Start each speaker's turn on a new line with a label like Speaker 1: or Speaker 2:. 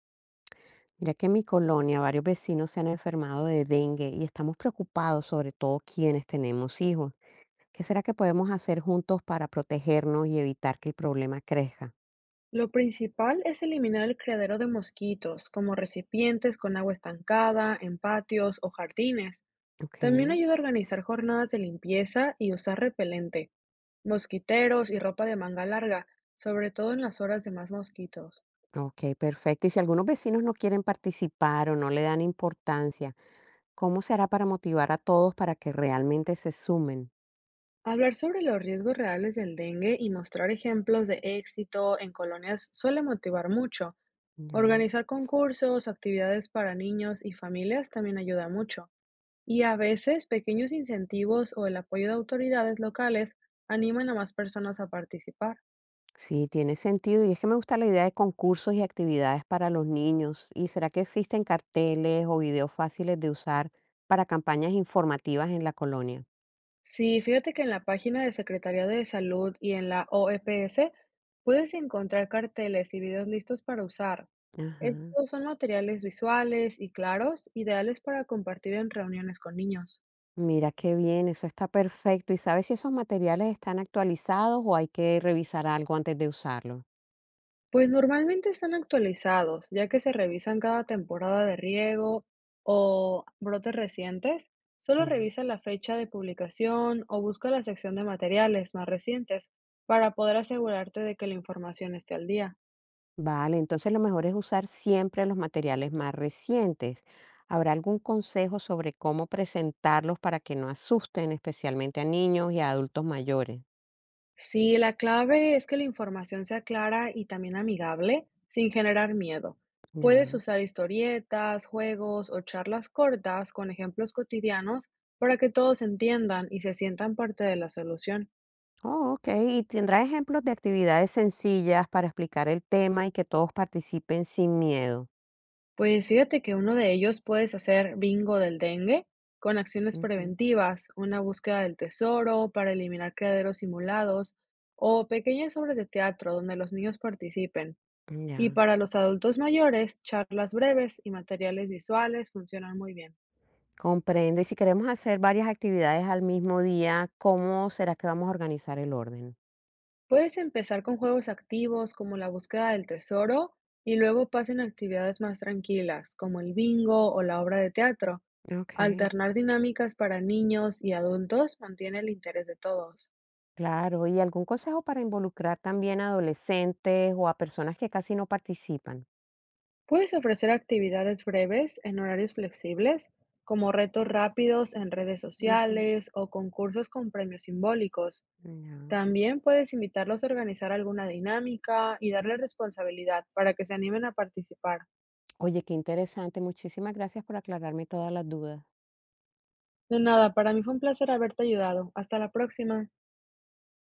Speaker 1: Mira que en mi colonia varios vecinos se han enfermado de dengue y estamos preocupados, sobre todo quienes tenemos hijos. ¿Qué será que podemos hacer juntos para protegernos y evitar que el problema crezca?
Speaker 2: Lo principal es eliminar el criadero de mosquitos, como recipientes con agua estancada, en patios o jardines.
Speaker 1: Ok,
Speaker 2: También ayuda a organizar jornadas de limpieza y usar repelente, mosquiteros y ropa de manga larga, sobre todo en las horas de más mosquitos.
Speaker 1: ok, perfecto. Y si algunos vecinos no quieren participar o no le dan importancia, ¿cómo se hará para motivar a todos para que realmente se sumen?
Speaker 2: Hablar sobre los riesgos reales del dengue y mostrar ejemplos de éxito en colonias suele motivar mucho.
Speaker 1: Ya.
Speaker 2: Organizar concursos, actividades para niños y familias también ayuda mucho. Y a veces pequeños incentivos o el apoyo de autoridades locales animan a más personas a participar.
Speaker 1: Sí, tiene sentido. Y es que me gusta la idea de concursos y actividades para los niños. ¿Y será que existen carteles o videos fáciles de usar para campañas informativas en la colonia?
Speaker 2: Sí, fíjate que en la página de Secretaría de Salud y en la OEPS puedes encontrar carteles y videos listos para usar.
Speaker 1: Ajá.
Speaker 2: Estos son materiales visuales y claros, ideales para compartir en reuniones con niños.
Speaker 1: Mira qué bien, eso está perfecto. ¿Y sabes si esos materiales están actualizados o hay que revisar algo antes de usarlo?
Speaker 2: Pues normalmente están actualizados, ya que se revisan cada temporada de riego o brotes recientes. Solo
Speaker 1: Ya.
Speaker 2: revisa la fecha de publicación o busca la sección de materiales más recientes para poder asegurarte de que la información esté al día.
Speaker 1: Vale, entonces lo mejor es usar siempre los materiales más recientes. ¿Habrá algún consejo sobre cómo presentarlos para que no asusten, especialmente a niños y a adultos mayores?
Speaker 2: Sí, la clave es que la información sea clara y también amigable, sin generar miedo. Puedes
Speaker 1: Ya.
Speaker 2: usar historietas, juegos o charlas cortas con ejemplos cotidianos para que todos entiendan y se sientan parte de la solución.
Speaker 1: Oh, ok. ¿Y tendrá ejemplos de actividades sencillas para explicar el tema y que todos participen sin miedo?
Speaker 2: Pues fíjate que uno de ellos puedes hacer bingo del dengue con acciones
Speaker 1: Ujú,
Speaker 2: preventivas, una búsqueda del tesoro para eliminar criaderos simulados o pequeñas obras de teatro donde los niños participen. Y
Speaker 1: ya,
Speaker 2: para los adultos mayores, charlas breves y materiales visuales funcionan muy bien.
Speaker 1: comprendo. Y si queremos hacer varias actividades al mismo día, ¿cómo será que vamos a organizar el orden?
Speaker 2: Puedes empezar con juegos activos como la búsqueda del tesoro y luego pasen a actividades más tranquilas como el bingo o la obra de teatro.
Speaker 1: Ok.
Speaker 2: Alternar dinámicas para niños y adultos mantiene el interés de todos.
Speaker 1: Claro. ¿Y algún consejo para involucrar también a adolescentes o a personas que casi no participan?
Speaker 2: Puedes ofrecer actividades breves en horarios flexibles, como retos rápidos en redes
Speaker 1: Ujú,
Speaker 2: sociales o concursos con premios simbólicos.
Speaker 1: ya.
Speaker 2: También puedes invitarlos a organizar alguna dinámica y darles responsabilidad para que se animen a participar.
Speaker 1: Oye, qué interesante. Muchísimas gracias por aclararme todas las dudas.
Speaker 2: De nada, para mí fue un placer haberte ayudado. Hasta la próxima.